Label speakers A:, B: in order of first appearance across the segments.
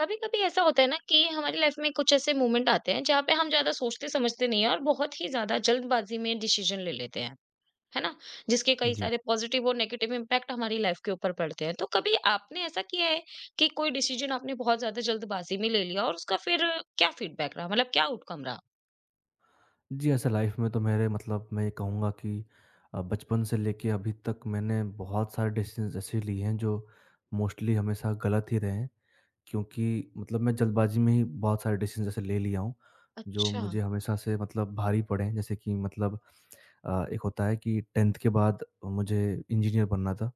A: कभी कभी ऐसा होता है ना कि हमारी लाइफ में कुछ ऐसे मोमेंट आते हैं जहाँ पे हम ज्यादा सोचते समझते नहीं है और बहुत ही ज्यादा जल्दबाजी में डिसीजन ले लेते हैं, है ना? जिसके कई
B: जी।
A: सारे पॉजिटिव और नेगेटिव इम्पैक्ट हमारी लाइफ के ऊपर पड़ते हैं, तो कभी आपने ऐसा किया है कि कोई डिसीजन आपने बहुत ज्यादा जल्दबाजी में ले लिया और उसका फिर क्या फीडबैक रहा, मतलब क्या आउटकम रहा?
B: जी, ऐसे लाइफ़ में तो मेरे मतलब मैं ये कहूँगा कि बचपन से लेके अभी तक मैंने बहुत सारे डिसीज़न्स ऐसे लिए हैं जो मोस्टली हमेशा गलत ही रहे हैं। क्योंकि मतलब मैं जल्दबाज़ी में ही बहुत सारे डिसीज़न्स ऐसे ले लिया हूँ, जो
A: अच्छा।
B: मुझे हमेशा से मतलब भारी पड़े हैं। जैसे कि मतलब एक होता है कि 10th के बाद मुझे इंजीनियर बनना था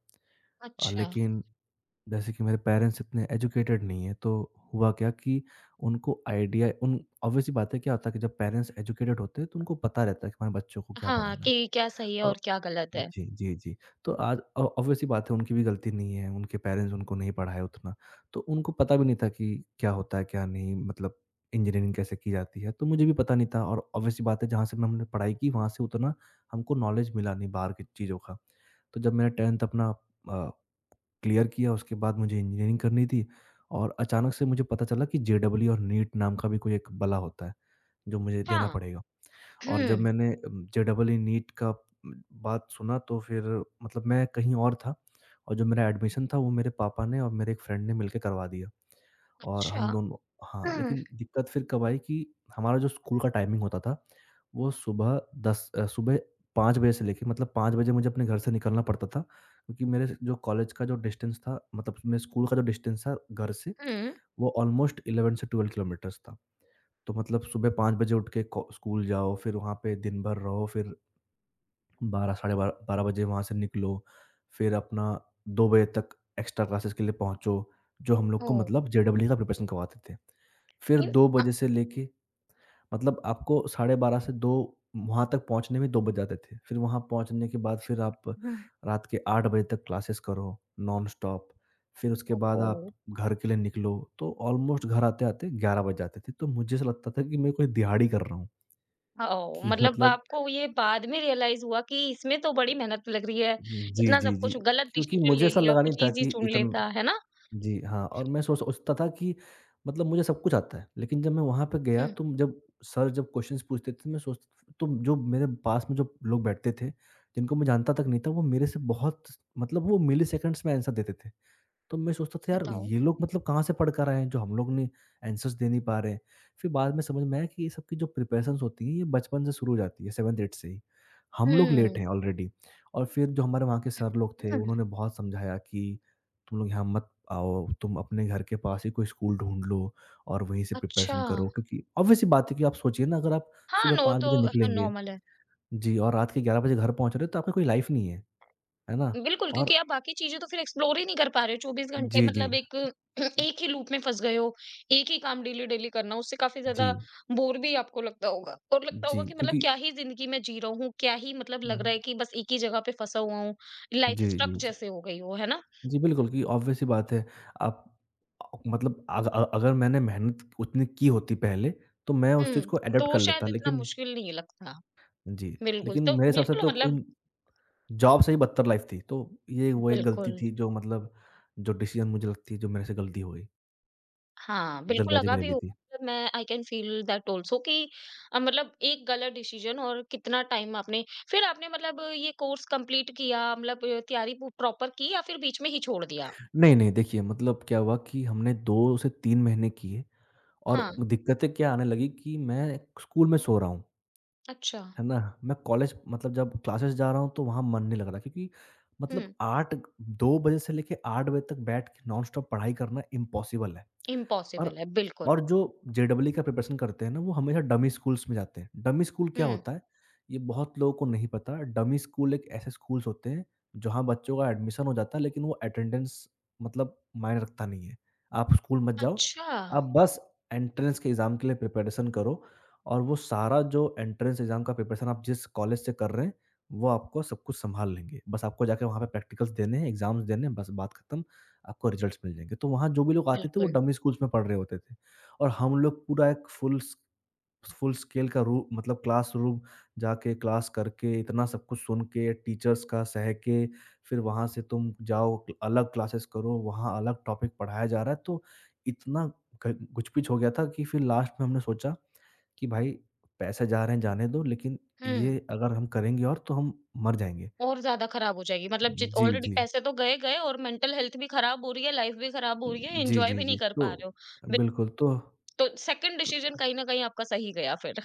B: अ,
A: अच्छा।
B: लेकिन जैसे कि मेरे पेरेंट्स इतने एजुकेटेड नहीं है तो हुआ क्या कि उनको आइडिया उन ऑब्वियस सी बात है क्या होता है कि जब पेरेंट्स एजुकेटेड होते हैं तो उनको पता रहता है कि हमारे बच्चों को क्या
A: हाँ,
B: पढ़ाना है
A: कि क्या सही है
B: और
A: और क्या गलत है।
B: जी जी जी। तो आज ऑब्वियस सी बात है उनकी भी गलती नहीं है, उनके पेरेंट्स उनको नहीं पढ़ाए उतना, तो उनको पता भी नहीं था कि क्या होता है क्या नहीं। मतलब इंजीनियरिंग कैसे की जाती है तो मुझे भी पता नहीं था और ऑब्वियस सी बात है जहाँ से मैं हमने पढ़ाई की वहाँ से उतना हमको नॉलेज मिला नहीं बाहर की चीज़ों का। तो जब मैंने टेंथ अपना क्लियर किया, उसके बाद मुझे इंजीनियरिंग करनी थी और अचानक से मुझे पता चला कि जेईई और नीट नाम का भी कोई एक बला होता है, जो मुझे देना
A: हाँ।
B: पड़ेगा। और जब
A: हम्म।
B: मैंने जेईई नीट का बात सुना तो फिर मतलब मैं कहीं और था और जो मेरा एडमिशन था वो मेरे पापा ने और मेरे एक फ्रेंड ने मिलके करवा दिया। और
A: अच्छा।
B: हम दोनों, हाँ,
A: हम्म।
B: लेकिन दिक्कत फिर कब आई कि हमारा जो स्कूल का टाइमिंग होता था, वो सुबह 5 बजे से लेके, मतलब 5 बजे मुझे अपने घर से निकलना पड़ता था क्योंकि मेरे जो कॉलेज का जो डिस्टेंस था, मतलब मेरे स्कूल का जो डिस्टेंस था घर से,
A: हम्म।
B: वो ऑलमोस्ट 11 से 12 किलोमीटर्स था। तो मतलब सुबह 5 बजे उठ के को स्कूल जाओ, फिर वहाँ पे दिन भर रहो, फिर 12 साढ़े 12 12 बजे वहाँ से निकलो, फिर अपना 2 बजे तक एक्स्ट्रा क्लासेस के लिए पहुँचो, जो हम लोग
A: ओ।
B: को मतलब जेईई का प्रिपरेशन करवाते थे। फिर
A: मीन्स।
B: 2 बजे से लेके, मतलब आपको 12:30 से 2 वहाँ तक पहुँचने में 2 बज जाते थे। फिर वहाँ पहुँचने के बाद फिर आप रात के 8 बजे तक क्लासेस करो नॉन स्टॉप। फिर उसके बाद
A: ओहो।
B: आप घर के लिए निकलो, तो ऑलमोस्ट घर आते-आते 11 बज जाते थे। तो मुझे ऐसा लगता था कि मैं कोई दिहाड़ी कर रहा हूँ,
A: ओह!
B: कि
A: मतलब
B: मतलब
A: आपको ये बाद में रियलाइज़ हुआ कि इसमें तो बड़ी मेहनत लग रही है।
B: जी,
A: इतना
B: जी,
A: सब
B: जी।
A: कुछ गलत
B: क्योंकि
A: डिसीज़न
B: मुझे
A: ले
B: ऐसा
A: लिया,
B: लगा नहीं
A: कुछ
B: था
A: ईज़ी
B: कि
A: चुन
B: इतन
A: लेता, है ना?
B: जी, हाँ, और मैं सोचता था कि मतलब मुझे सब कुछ आता है, लेकिन जब मैं वहाँ पे गया
A: हुँ,
B: तो जब सर जब क्वेश्चन्स पूछते थे तो मैं सोच, तो जो मेरे पास में जो लोग बैठते थे, जिनको मैं जानता तक नहीं था, वो मेरे से बहुत, मतलब वो मिलीसेकंड्स में आंसर देते थे। तो मैं सोचता था, यार
A: बताओ।
B: ये लोग मतलब कहाँ से पढ़ कर आए हैं जो हम लोग ने आंसर्स दे नहीं पा रहे हैं। फिर बाद में समझ में आया कि ये सब की जो प्रिपरेशंस होती है ये बचपन से शुरू हो जाती है 7th 8th से ही। हम लोग लेट
A: हुँ,
B: हैं ऑलरेडी। और फिर जो हमारे वहाँ के सर लोग थे
A: हुँ,
B: उन्होंने बहुत समझाया कि तुम लोग यहाँ मत आओ, तुम अपने घर के पास ही कोई स्कूल ढूँढ लो और वहीं से
A: अच्छा।
B: प्रिपरेशन करो क्योंकि ऑब्वियस सी बात है कि आप सोचिए ना अगर आप
A: हाँ,
B: सुबह
A: नो,
B: 5 बजे
A: तो हाँ,
B: निकलेंगे
A: नॉर्मल है।
B: जी और रात के 11 बजे घर पहुँच रहे हो तो आपकी कोई लाइफ नहीं है, है ना?
A: बिल्कुल,
B: और
A: क्योंकि आप बाकी चीज़ें तो फिर एक्सप्लोर ही नहीं कर पा रहे हो, 24 घंटे
B: जी, जी।
A: मतलब एक एक ही लूप में फँस गए हो, एक ही काम डेली-डेली करना, उससे काफ़ी
B: जी,
A: ज़्यादा बोर भी आपको लगता होगा और लगता
B: जी
A: होगा कि मतलब
B: क्योंकि
A: क्या ही ज़िंदगी में जी रहा हूँ, क्या ही मतलब लग रहा
B: हुँ।
A: है कि बस एक ही जगह पे फँसा हुआ हूँ, लाइफ़
B: जी,
A: स्टक
B: जी, जी।
A: जैसे हो गई हो, है ना?
B: जी, बिल्कुल कि ऑब्वियस सी बात है। आप अगर मैंने मेहनत उतनी की होती पहले, तो मैं उस चीज़
A: हुँ,
B: को अडॉप्ट कर
A: तो
B: लेता।
A: शायद इतना
B: लेकिन
A: मुश्किल नहीं लगता।
B: जी,
A: बिल्कुल,
B: लेकिन
A: तो
B: मेरे हिसाब से
A: बिल्कुल,
B: तो
A: मतलब
B: कोई जॉब से ही बदतर लाइफ़ थी। तो ये वो एक गलती
A: बिल्कुल,
B: थी जो मतलब, जो डिसीज़न मुझे लगती है जो मेरे से गलती हो गई,
A: हाँ, बिल्कुल
B: जल्दबाज़ी में
A: लगा
B: ले
A: भी
B: ली
A: होगा,
B: थी।
A: मतलब मैं I can feel that also कि मतलब एक गलत डिसीज़न और कितना टाइम आपने फिर आपने मतलब ये कोर्स कंप्लीट किया, मतलब तैयारी पू प्रॉपर की या फिर बीच में ही छोड़ दिया?
B: नहीं, नहीं, देखिए मतलब क्या हुआ कि हमने 2 से 3 महीने किए
A: हाँ,
B: और दिक्कतें क्या आने लगी कि मैं स्कूल में सो रहा हूँ।
A: अच्छा,
B: है ना? मैं कॉलेज मतलब जब क्लासेस जा रहा हूँ तो वहाँ मन नहीं लग रहा क्योंकि मतलब
A: हुँ,
B: 8 2 बजे से लेके 8 बजे तक बैठ के नॉनस्टॉप पढ़ाई करना इम्पॉसिबल है। और
A: इम्पॉसिबल है, बिल्कुल।
B: और जो जेईई का प्रिपरेशन करते हैं ना वो हमेशा डमी स्कूल्स में जाते हैं। डमी स्कूल क्या
A: हुँ,
B: होता है? ये बहुत लोगों को नहीं पता। डमी स्कूल एक ऐसे स्कूल्स होते हैं जहाँ बच्चों का एडमिशन हो जाता है लेकिन वो अटेंडेंस मतलब मायने रखता नहीं है। आप स्कूल मत जाओ।
A: अच्छा,
B: आप बस एंट्रेंस के एग्ज़ाम के लिए प्रिपरेशन करो और वो सारा जो एंट्रेंस एग्ज़ाम का प्रिपरेशन, आप जिस कॉलेज से कर रहे हैं, वो आपको सब कुछ सँभाल लेंगे। बस आपको जाके वहाँ पे प्रैक्टिकल्स देने हैं, एग्ज़ाम्स देने हैं, बस बात खत्म, आपको रिज़ल्ट्स मिल जाएँगे। तो वहाँ जो भी लोग आते थे, वो
A: बिल्कुल,
B: डमी स्कूल्स में पढ़ रहे होते थे और हम लोग पूरा एक फुल स्केल का रू मतलब क्लासरूम जाके क्लास करके, इतना सब कुछ सुन के, टीचर्स का सह के, फिर वहाँ से तुम जाओ, अलग क्लासेस करो, वहाँ अलग टॉपिक पढ़ाया जा रहा है। तो इतना ग घुच-पिच हो गया था कि फिर लास्ट में हमने सोचा कि भाई पैसे जा रहे हैं जाने दो, लेकिन
A: हुँ।
B: ये अगर हम करेंगे और तो हम मर जाएँगे।
A: और ज़्यादा खराब हो जाएगी, मतलब जित
B: जी,
A: ऑलरेडी
B: जी।
A: पैसे तो गए-गए और मेंटल हेल्थ भी खराब हो रही है, लाइफ भी खराब हो रही है,
B: जी,
A: एन्जॉय
B: जी,
A: भी
B: जी।
A: नहीं कर
B: तो
A: पा रहे हो। बि
B: बिल्कुल तो त
A: तो सेकंड डिसीज़न कहीं न कहीं आपका सही गया फिर।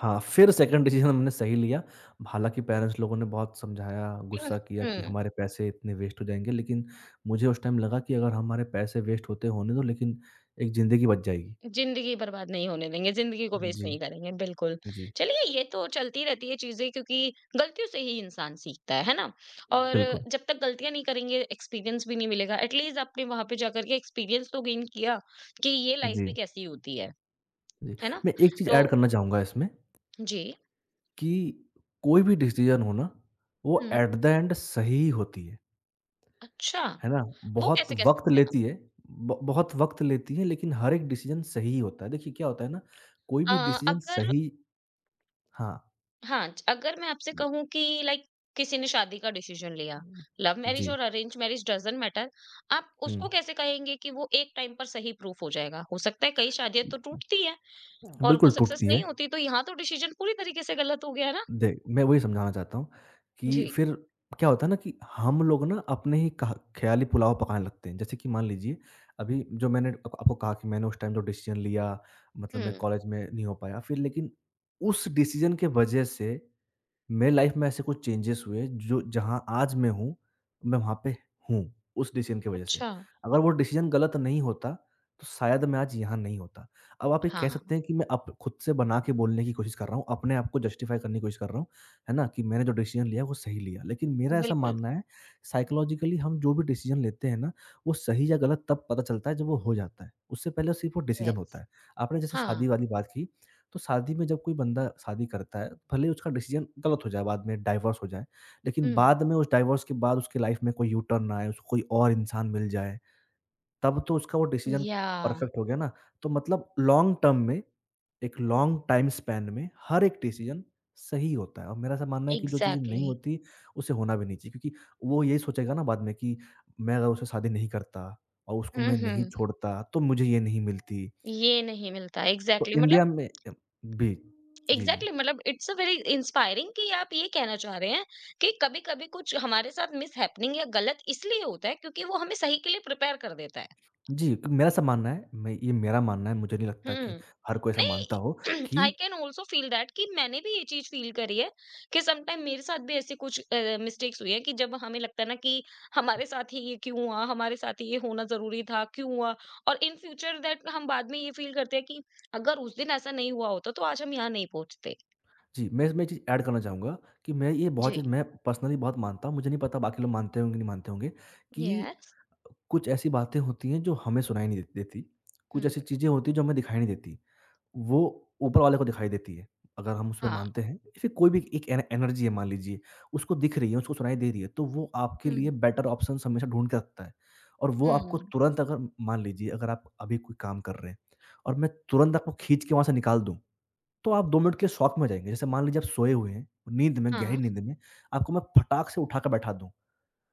B: हाँ, फिर सेकंड डिसीज़न हमने सही लिया। हालाँकि पेरेंट्स लोगों ने बहुत समझाया, गुस्सा किया कि
A: हुँ,
B: हमारे पैसे इतने वेस्ट हो जाएँगे, लेकिन मुझे उस टाइम लगा कि अगर हमारे पैसे वेस्ट होते होने दो लेकिन एक ज़िंदगी बच जाएगी।
A: ज़िंदगी बर्बाद नहीं होने देंगे, ज़िंदगी को वेस्ट
B: जी,
A: नहीं करेंगे, बिल्कुल।
B: जी।
A: चलिए, ये तो चलती रहती है चीज़ें, क्योंकि गलतियों से ही इंसान सीखता है ना? और
B: बिल्कुल।
A: जब तक गलतियाँ नहीं करेंगे, एक्सपीरियंस भी नहीं मिलेगा। एट लीस्ट आपने वहाँ पे जाकर के एक्सपीरियंस तो गेन किया कि ये लाइफ
B: जी,
A: भी कैसी होती
B: जी।
A: है ना?
B: मैं एक चीज़
A: तो
B: ऐड करना चाहूँगा इसमें
A: जी।
B: कि कोई भी डिसीज़न हो ना, वो
A: हुँ,
B: एट द एंड सही ही होती
A: अच्छा।
B: है ना?
A: वो
B: बहुत
A: कैसे कह
B: वक़्त
A: सकते हैं आप?
B: लेती है, ब बहुत वक़्त लेती है लेकिन हर एक डिसीज़न सही होता है। देखिए क्या होता है ना, कोई
A: अ,
B: भी डिसीज़न
A: अगर
B: सही, हाँ।
A: हाँ, अगर मैं आपसे कहूँ कि लाइक किसी ने शादी का डिसीजन लिया, लव मैरिज
B: जी,
A: और अरेंज मैरिज डज़न्ट मैटर, आप
B: हुँ।
A: उसको कैसे कहेंगे कि वो एक टाइम पर सही प्रूफ हो जाएगा? हो सकता है कई शादियाँ तो टूटती हैं और
B: बिल्कुल
A: वो सक्सेस
B: टूटती है।
A: नहीं होती, तो यहाँ तो डिसीजन पूरी तरीके से गलत हो गया ना।
B: देख, मैं वही समझाना चाहता हूँ कि
A: जी,
B: फिर क्या होता है ना कि हम लोग ना अपने ही कहा ख़्याली पुलाव पकाने लगते हैं। जैसे कि मान लीजिए अभी जो मैंने आप आपको कहा कि मैंने उस टाइम जो डिसीज़न लिया, मतलब मैं
A: हुँ,
B: कॉलेज में नहीं हो पाया। फिर लेकिन उस डिसीज़न के वजह से मेरे लाइफ में ऐसे कुछ चेंजेस हुए जो जहाँ आज मैं हूँ, मैं वहाँ पे हूँ, उस डिसीज़न की वज़ह से।
A: अच्छा,
B: अगर वो डिसीज़न गलत नहीं होता, तो शायद मैं आज यहाँ नहीं होता। अब आप ये कह
A: हाँ,
B: सकते हैं कि मैं अप खुद से बना के बोलने की कोशिश कर रहा हूँ, अपने आप को जस्टिफ़ाई करने की कोशिश कर रहा हूँ, है ना? कि मैंने जो डिसीज़न लिया वो सही लिया। लेकिन मेरा ऐसा
A: बिल्कुल,
B: मानना है, साइकोलॉजिकली हम जो भी डिसीज़न लेते हैं ना, वो सही या गलत तब पता चलता है जब वो हो जाता है। उससे पहले सिर्फ़ वो डिसीज़न होता
A: यस,
B: है। आपने जैसे
A: हाँ,
B: शादी वाली बात की, तो शादी में जब कोई बंदा शादी करता है, भले ही उसका डिसीज़न गलत हो जाए बाद में, डाइवोर्स हो जाए, लेकिन
A: हुँ,
B: बाद में उस डाइवोर्स के बाद उसकी लाइफ़ में कोई यू टर्न आए, उसको कोई और इंसान मिल जाए, तब तो उसका वो डिसीज़न
A: याह!
B: परफेक्ट हो गया ना। तो मतलब लॉन्ग टर्म में, एक लॉन्ग टाइम स्पैन में हर एक डिसीज़न सही होता है और मेरा ऐसा मानना है कि जो चीज़ें नहीं
A: एग्ज़ैक्टली।
B: होती, उसे होना भी नहीं चाहिए क्योंकि वो यही सोचेगा ना बाद में कि मैं अगर उससे शादी नहीं करता और उसको
A: हुँ,
B: मैं नहीं
A: हुँ,
B: छोड़ता, तो मुझे ये नहीं मिलती।
A: ये नहीं मिलता,
B: तो
A: एग्ज़ैक्टली, मतलब
B: इंडिया में भी। जी, जी।
A: एग्जैक्टली exactly, मतलब इट्स अ वेरी इंस्पायरिंग कि आप ये कहना चाह रहे हैं कि कभी-कभी कुछ हमारे साथ मिसहैपनिंग या गलत इसलिए होता है क्योंकि वो हमें सही के लिए प्रिपेयर कर देता है।
B: जी, क मेरा ऐसा मानना है, मैं ये मेरा मानना है, मुझे नहीं लगता कि
A: हुँ।
B: हर कोई ऐसा मानता
A: नहीं।
B: हो कि
A: I can also feel that कि मैंने भी ये चीज़ फील करी है कि सम टाइम मेरे साथ भी ऐसी कुछ मिस्टेक्स हुई है कि जब हमें लगता है ना कि हमारे साथ ही ये क्यों हुआ? हमारे साथ ही ये होना ज़रूरी था, क्यों हुआ? और इन फ्यूचर दैट हम बाद में ये फील करते हैं कि अगर उस दिन ऐसा नहीं हुआ होता तो आज हम यहाँ नहीं पहुँचते।
B: जी, मैं इसमें ये चीज़ ऐड करना चाहूँगा कि मैं ये बहुत
A: जी।
B: चीज़ मैं पर्सनली बहुत मानता हूँ, मुझे नहीं पता बाकी लोग मानते होंगे, नहीं मानते होंगे कि
A: यस।
B: कुछ ऐसी बातें होती हैं जो हमें सुनाई नहीं दे देती, कुछ
A: हुँ।
B: ऐसी चीज़ें होती हैं जो हमें दिखाई नहीं देती। वो ऊपर वाले को दिखाई देती है, अगर हम उसमें
A: हाँ।
B: मानते हैं। फिर कोई भी एक एन एनर्जी है मान लीजिए, उसको दिख रही है, उसको सुनाई दे रही है, तो वो आपके
A: हुँ,
B: लिए बेटर ऑप्शन हमेशा ढूँढ के रखता है। और वो आपको
A: हुँ।
B: तुरंत अगर मान लीजिए अगर आप अभी कोई काम कर रहे हैं और मैं तुरंत आपको खींच के वहाँ से निकाल दूँ, तो आप 2 मिनट के शॉक में हो जाएँगे। जैसे मान लीजिए आप सोए हुए हैं, नींद में, गहरी
A: हाँ,
B: नींद में, आपको मैं फटाक से उठा के बैठा दूँ,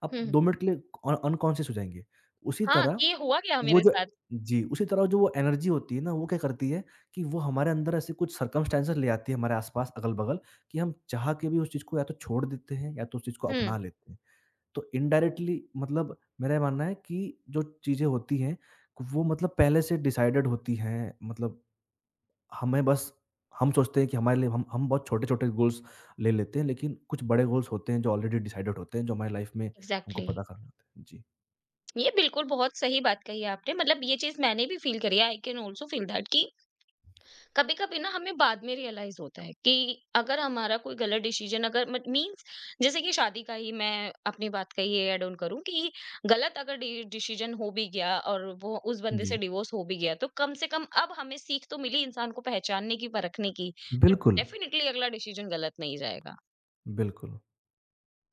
B: आप
A: हुँ।
B: 2 मिनट के लिए अनकॉन्शियस हो जाएँगे। उसी
A: हाँ,
B: तरह
A: कि ये हुआ क्या
B: वो
A: मेरे
B: जो
A: साथ?
B: जी, उसी तरह जो वो एनर्जी होती है ना, वो क्या करती है कि वो हमारे अंदर ऐसे कुछ सर्कमस्टेंसेस ले आती है हमारे आस-पास, अगल-बगल कि हम चाह के भी उस चीज़ को या तो छोड़ देते हैं या तो उस चीज़ को
A: हुँ,
B: अपना लेते हैं। तो इनडायरेक्टली मतलब मेरा ये मानना है कि जो चीज़ें होती हैं, वो मतलब पहले से डिसाइडेड होती हैं। मतलब हमें बस हम सोचते हैं कि हमारे लिए हम बहुत छोटे-छोटे गोल्स ले लेते हैं, लेकिन कुछ बड़े गोल्स होते हैं जो ऑलरेडी डिसाइडेड होते हैं, जो हमारी लाइफ़ में हमको
A: एग्ज़ैक्टली।
B: पता करने होते हैं। जी।
A: ये बिल्कुल बहुत सही बात कही आपने, मतलब ये चीज़ मैंने भी फ़ील करी है, I can also feel that कि कभी-कभी ना हमें बाद में रियलाइज़ होता है कि अगर हमारा कोई गलत डिसीज़न अगर मत मीन्स जैसे कि शादी का ही मैं अपनी बात का ये ऐड ऑन करूँ कि गलत अगर डि डिसीज़न हो भी गया और वो उस बंदे
B: जी।
A: से डिवोर्स हो भी गया, तो कम से कम अब हमें सीख तो मिली इंसान को पहचानने की, परखने की। तो
B: बिल्कुल,
A: डेफ़िनिटली अगला डिसीज़न गलत नहीं जाएगा।
B: बिल्कुल।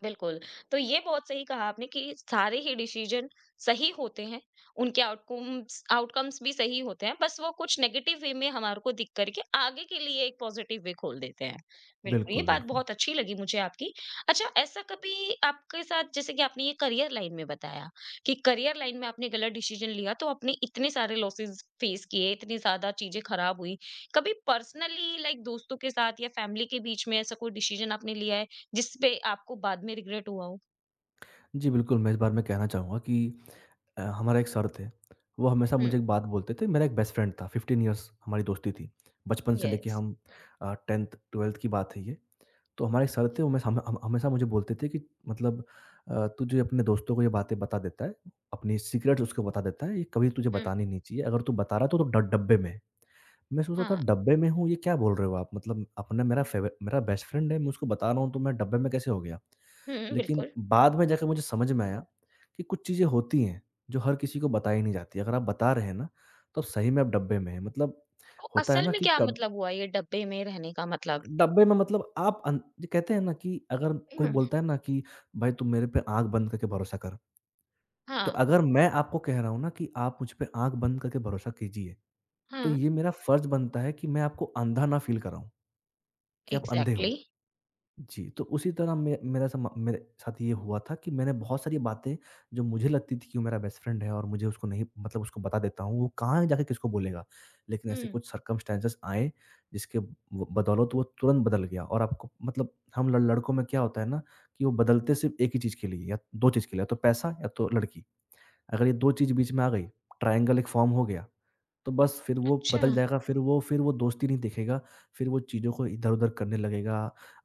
A: बिल्कुल, तो ये बहुत सही कहा आपने कि सारे ही डिसीज़न सही होते हैं, उनके आउटकम्स आउटकम्स भी सही होते हैं, बस वो कुछ नेगेटिव वे में हमारे को दिख कर के आगे के लिए एक पॉज़िटिव वे खोल देते हैं। बिल्कुल, ये
B: बिल्कुल,
A: बात
B: बिल्कुल।
A: बहुत अच्छी लगी मुझे आपकी। अच्छा, ऐसा कभी आपके साथ जैसे कि आपने ये करियर लाइन में बताया कि करियर लाइन में आपने गलत डिसीज़न लिया तो आपने इतने सारे लॉसेस फेस किए, इतनी ज़्यादा चीज़ें खराब हुई। कभी पर्सनली लाइक दोस्तों के साथ या फैमिली के बीच में ऐसा कोई डिसीज़न आपने लिया है जिस पे आपको बाद में रिग्रेट हुआ हो?
B: जी, बिल्कुल, मैं इस बारे में कहना चाहूँगा कि हमारा एक सर थे, वो हमेशा
A: हुँ।
B: मुझे एक बात बोलते थे, मेरा एक बेस्ट फ्रेंड था, 15 इयर्स हमारी दोस्ती थी। बचपन से लेके
A: यस।
B: हम 10th-12th की बात है ये। तो हमारे एक सर थे, वो हमेशा हम हमेशा मुझे बोलते थे कि मतलब "तू जो अपने दोस्तों को ये बातें बता देता है, अपनी सीक्रेट्स उसको बता देता है, ये कभी तुझे
A: हुँ।
B: बतानी नहीं चाहिए। अगर तू बता रहा है तो ड डब्बे में है।" मैं सोच रहा था
A: हाँ।
B: डब्बे में हूँ, ये क्या बोल रहे हो आप? मतलब अपना मेरा फेवर मेरा बेस्ट फ्रेंड है, मैं उसको बता रहा हूँ तो मैं डब्बे में कैसे हो गया?
A: हुँ,
B: लेकिन
A: बिल्कुल।
B: बाद में जाके मुझे समझ में आया कि कुछ चीज़ें होती हैं, जो हर किसी को बताई नहीं जाती। अगर आप बता रहे हैं ना, तो आप सही में आप डब्बे में हैं। मतलब
A: तो
B: होता है
A: असल
B: ना
A: में
B: कि
A: क्या
B: कब
A: मतलब हुआ, ये डब्बे में रहने का मतलब?
B: डब्बे में मतलब आप अन जो कहते हैं ना कि अगर कोई
A: हुँ।
B: बोलता है ना कि भाई तू मेरे पे आँख बंद करके भरोसा कर। तो
A: हाँ,
B: अगर मैं आपको कह रहा हूँ ना कि आप मुझ पे आँख बंद करके भरोसा कीजिए, तो
A: हाँ,
B: ये मेरा फर्ज़ बनता है कि मैं आपको अंधा ना फ़ील कराऊँ। कि आप अंधे
A: एग्ज़ैक्टली।
B: हो। जी, तो उसी तरह मे मेरा समा मेरे साथ ये हुआ था कि मैंने बहुत सारी बातें, जो मुझे लगती थी कि वो मेरा बेस्ट फ्रेंड है और मुझे उसको नहीं मतलब उसको बता देता हूँ, वो कहाँ जाके किसको बोलेगा। लेकिन ऐसे
A: हुँ।
B: कुछ सर्कमस्टेंसेस आए जिसके ब बदौलत वो तुरंत बदल गया और आपको मतलब हम ल लड़कों में क्या होता है ना कि वो बदलते सिर्फ़ एक ही चीज़ के लिए या 2 चीज़ के लिए, या तो पैसा या तो लड़की। अगर ये 2 चीज़ बीच में आ गई, ट्रायंगल एक फॉर्म हो गया। तो बस फिर वो
A: अच्छा,
B: बदल जाएगा, फिर वो दोस्ती नहीं दिखेगा, फिर वो चीज़ों को इधर-उधर करने लगेगा,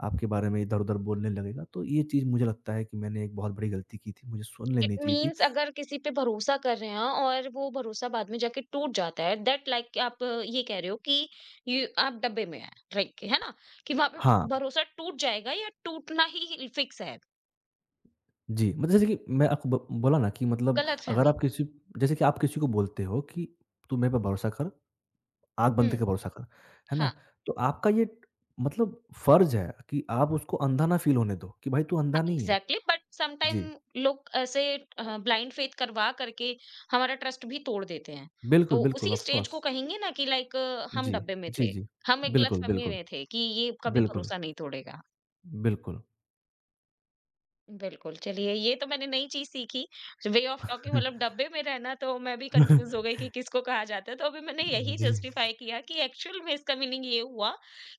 B: आपके बारे में इधर-उधर बोलने लगेगा। तो ये चीज़ मुझे लगता है कि मैंने एक बहुत बड़ी गलती की थी, मुझे सुन
A: इट
B: लेनी चाहिए थी।
A: मीन्स अगर किसी पे भरोसा कर रहे हैं और वो भरोसा बाद में जाके टूट जाता है दैट like, आप ये कह रहे हो कि ये आप डब्बे में हैं, राइट, है ना? कि वहाँ
B: हाँ,
A: पे भरोसा टूट जाएगा या टूटना ही फिक्स है,
B: जी, मतलब जैसे कि मैं आपको ब बोला ना कि मतलब अगर
A: गलतफ़हमी।
B: आप किसी जैसे कि आप किसी को बोलते हो कि तू मेरे पे भरोसा कर, आँख बंद
A: हुँ,
B: करके भरोसा कर, है ना?
A: हाँ।
B: तो आपका ये मतलब फर्ज़ है कि आप उसको अंधा ना फ़ील होने दो कि भाई तू
A: हाँ
B: अंधा नहीं है।
A: एग्जैक्टली, बट समटाइम
B: जी,
A: लोग ऐसे ब्लाइंड फेथ करवा करके हमारा ट्रस्ट भी तोड़ देते हैं,
B: बिल्कुल,
A: तो
B: बिल्कुल
A: उसी
B: ऑफ़
A: स्टेज
B: कोर्स।
A: को कहेंगे ना कि लाइक हम
B: जी,
A: डब्बे में
B: जी,
A: थे,
B: जी।
A: हम एक गलत
B: बिल्कुल,
A: फहमी
B: बिल्कुल।
A: में थे कि ये कभी
B: बिल्कुल,
A: भरोसा नहीं तोड़ेगा।
B: बिल्कुल।
A: बिल्कुल, चलिए ये तो मैंने नई चीज़ सीखी, वे ऑफ टॉकिंग मतलब डब्बे में रहना तो मैं भी कन्फ्यूज़ हो गई कि किसको कहा जाता है। तो अभी मैंने यही
B: जी।
A: जस्टिफ़ाई किया कि एक्चुअल में इसका मीनिंग ये हुआ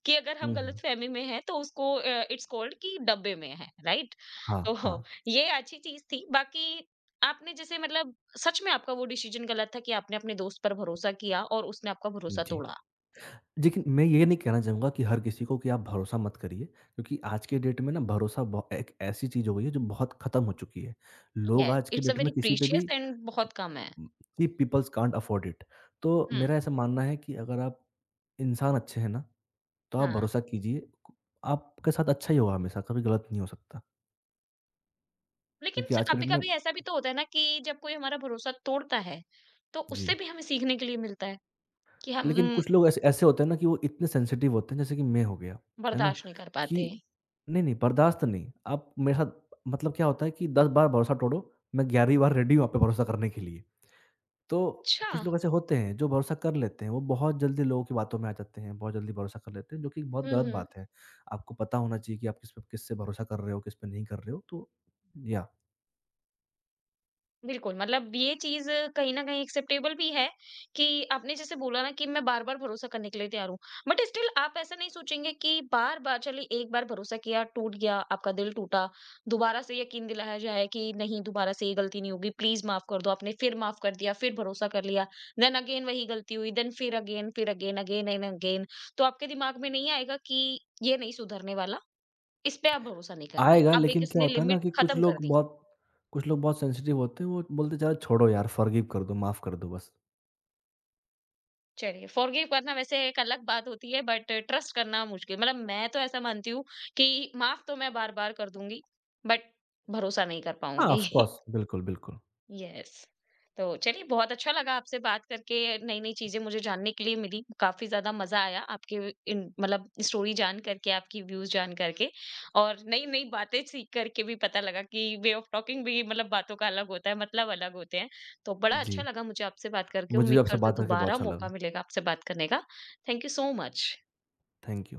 A: कि अगर हम
B: हुँ, हुँ।
A: गलतफ़हमी में हैं तो उसको इट्स कॉल्ड कि डब्बे में है, राइट?
B: हाँ,
A: तो
B: हाँ।
A: ये अच्छी चीज़ थी। बाकी आपने जैसे मतलब सच में आपका वो डिसीज़न गलत था कि आपने अपने दोस्त पर भरोसा किया और उसने आपका भरोसा
B: जी।
A: तोड़ा।
B: लेकिन मैं ये नहीं कहना चाहूँगा कि हर किसी को कि आप भरोसा मत करिए, क्योंकि आज के डेट में ना भरोसा ब एक ऐसी चीज़ हो गई है जो बहुत ख़त्म हो चुकी है। लोग
A: येस,
B: आज के
A: इट्स अ
B: डेट में
A: वेरी
B: किसी पे
A: प्रीशियस
B: भी
A: एंड बहुत कम है।
B: ची पीपल्स कांट अफोर्ड इट। तो
A: हुँ,
B: मेरा ऐसा मानना है कि अगर आप इंसान अच्छे हैं ना, तो आप
A: हाँ।
B: भरोसा कीजिए। आपके साथ अच्छा ही होगा हमेशा, कभी गलत नहीं हो सकता,
A: लेकिन
B: क्योंकि आज के डेट में
A: कभी-कभी ऐसा भी तो होता है ना कि जब कोई हमारा भरोसा तोड़ता है, तो
B: जी।
A: उससे भी हमें सीखने के लिए मिलता है कि हम
B: लेकिन कुछ लोग ऐसे ऐसे होते हैं ना कि वो इतने सेंसिटिव होते हैं जैसे कि मैं हो गया, है ना?
A: बर्दाश्त नहीं कर पाते।
B: कि नहीं, नहीं, बर्दाश्त नहीं। आप मेरे साथ मतलब क्या होता है कि 10 बार भरोसा तोड़ो, मैं 11वीं बार रेडी हूँ आप पे भरोसा करने के लिए। तो
A: अच्छा।
B: कुछ लोग ऐसे होते हैं जो भरोसा कर लेते हैं, वो बहुत जल्दी लोगों की बातों में आ जाते हैं, बहुत जल्दी भरोसा कर लेते हैं, जो कि बहुत
A: हुँ,
B: गलत
A: हुँ।
B: बात है। आपको पता होना चाहिए कि आप किस पे, किससे भरोसा कर रहे हो, किस पे नहीं कर रहे हो, तो या
A: बिल्कुल, मतलब ये चीज़ कहीं न कहीं एक्सेप्टेबल भी है कि आपने जैसे बोला ना कि मैं बार-बार भरोसा करने के लिए तैयार हूँ। बट स्टिल आप ऐसा नहीं सोचेंगे कि बार-बार, चलिए एक बार भरोसा किया, टूट गया, आपका दिल टूटा, दोबारा से यकीन दिलाया जाए कि नहीं दोबारा से ये गलती नहीं होगी, प्लीज़ माफ़ कर दो। आपने फिर माफ़ कर दिया, फिर भरोसा कर लिया, देन अगेन वही गलती हुई, देन फिर अगेन, अगेन एंड अगेन। तो आपके दिमाग में नहीं आएगा कि ये नहीं सुधरने वाला, इस पे आप भरोसा नहीं करना।
B: आएगा।
A: अब एक
B: लेकिन क्या
A: इसने
B: होता है ना
A: लिमिट
B: कि
A: खत्म कर दी।
B: कुछ लोग बहुत सेंसिटिव होते हैं, वो बोलते हैं चलो छोड़ो यार, फ़ॉरगिव कर दो, माफ़ कर दो बस।
A: चलिए, फ़ॉरगिव करना वैसे एक अलग बात होती है बट ट्रस्ट करना मुश्किल, मतलब मैं तो ऐसा मानती हूँ कि माफ़ तो मैं बार-बार कर दूँगी, बट भरोसा नहीं कर
B: हाँ,
A: पाऊँगी।
B: ऑफ़ कोर्स बिल्कुल, बिल्कुल।
A: यस। तो चलिए, बहुत अच्छा लगा आपसे बात करके, नई-नई चीज़ें मुझे जानने के लिए मिली, काफ़ी ज़्यादा मज़ा आया आपके इन मतलब स्टोरी जान करके, आपकी व्यूज़ जान करके और नई-नई बातें सीख करके भी पता लगा कि वे ऑफ टॉकिंग भी मतलब बातों का अलग होता है, मतलब अलग होते हैं। तो बड़ा अच्छा
B: जी,
A: लगा मुझे आपसे बात करके,
B: मुझे भी
A: उम्मीद
B: आपसे
A: करती
B: बात
A: हूँ
B: करके बहुत
A: दोबारा
B: अच्छा
A: मौका
B: लगा।
A: मिलेगा आपसे बात करने का। Thank you so much.
B: Thank you.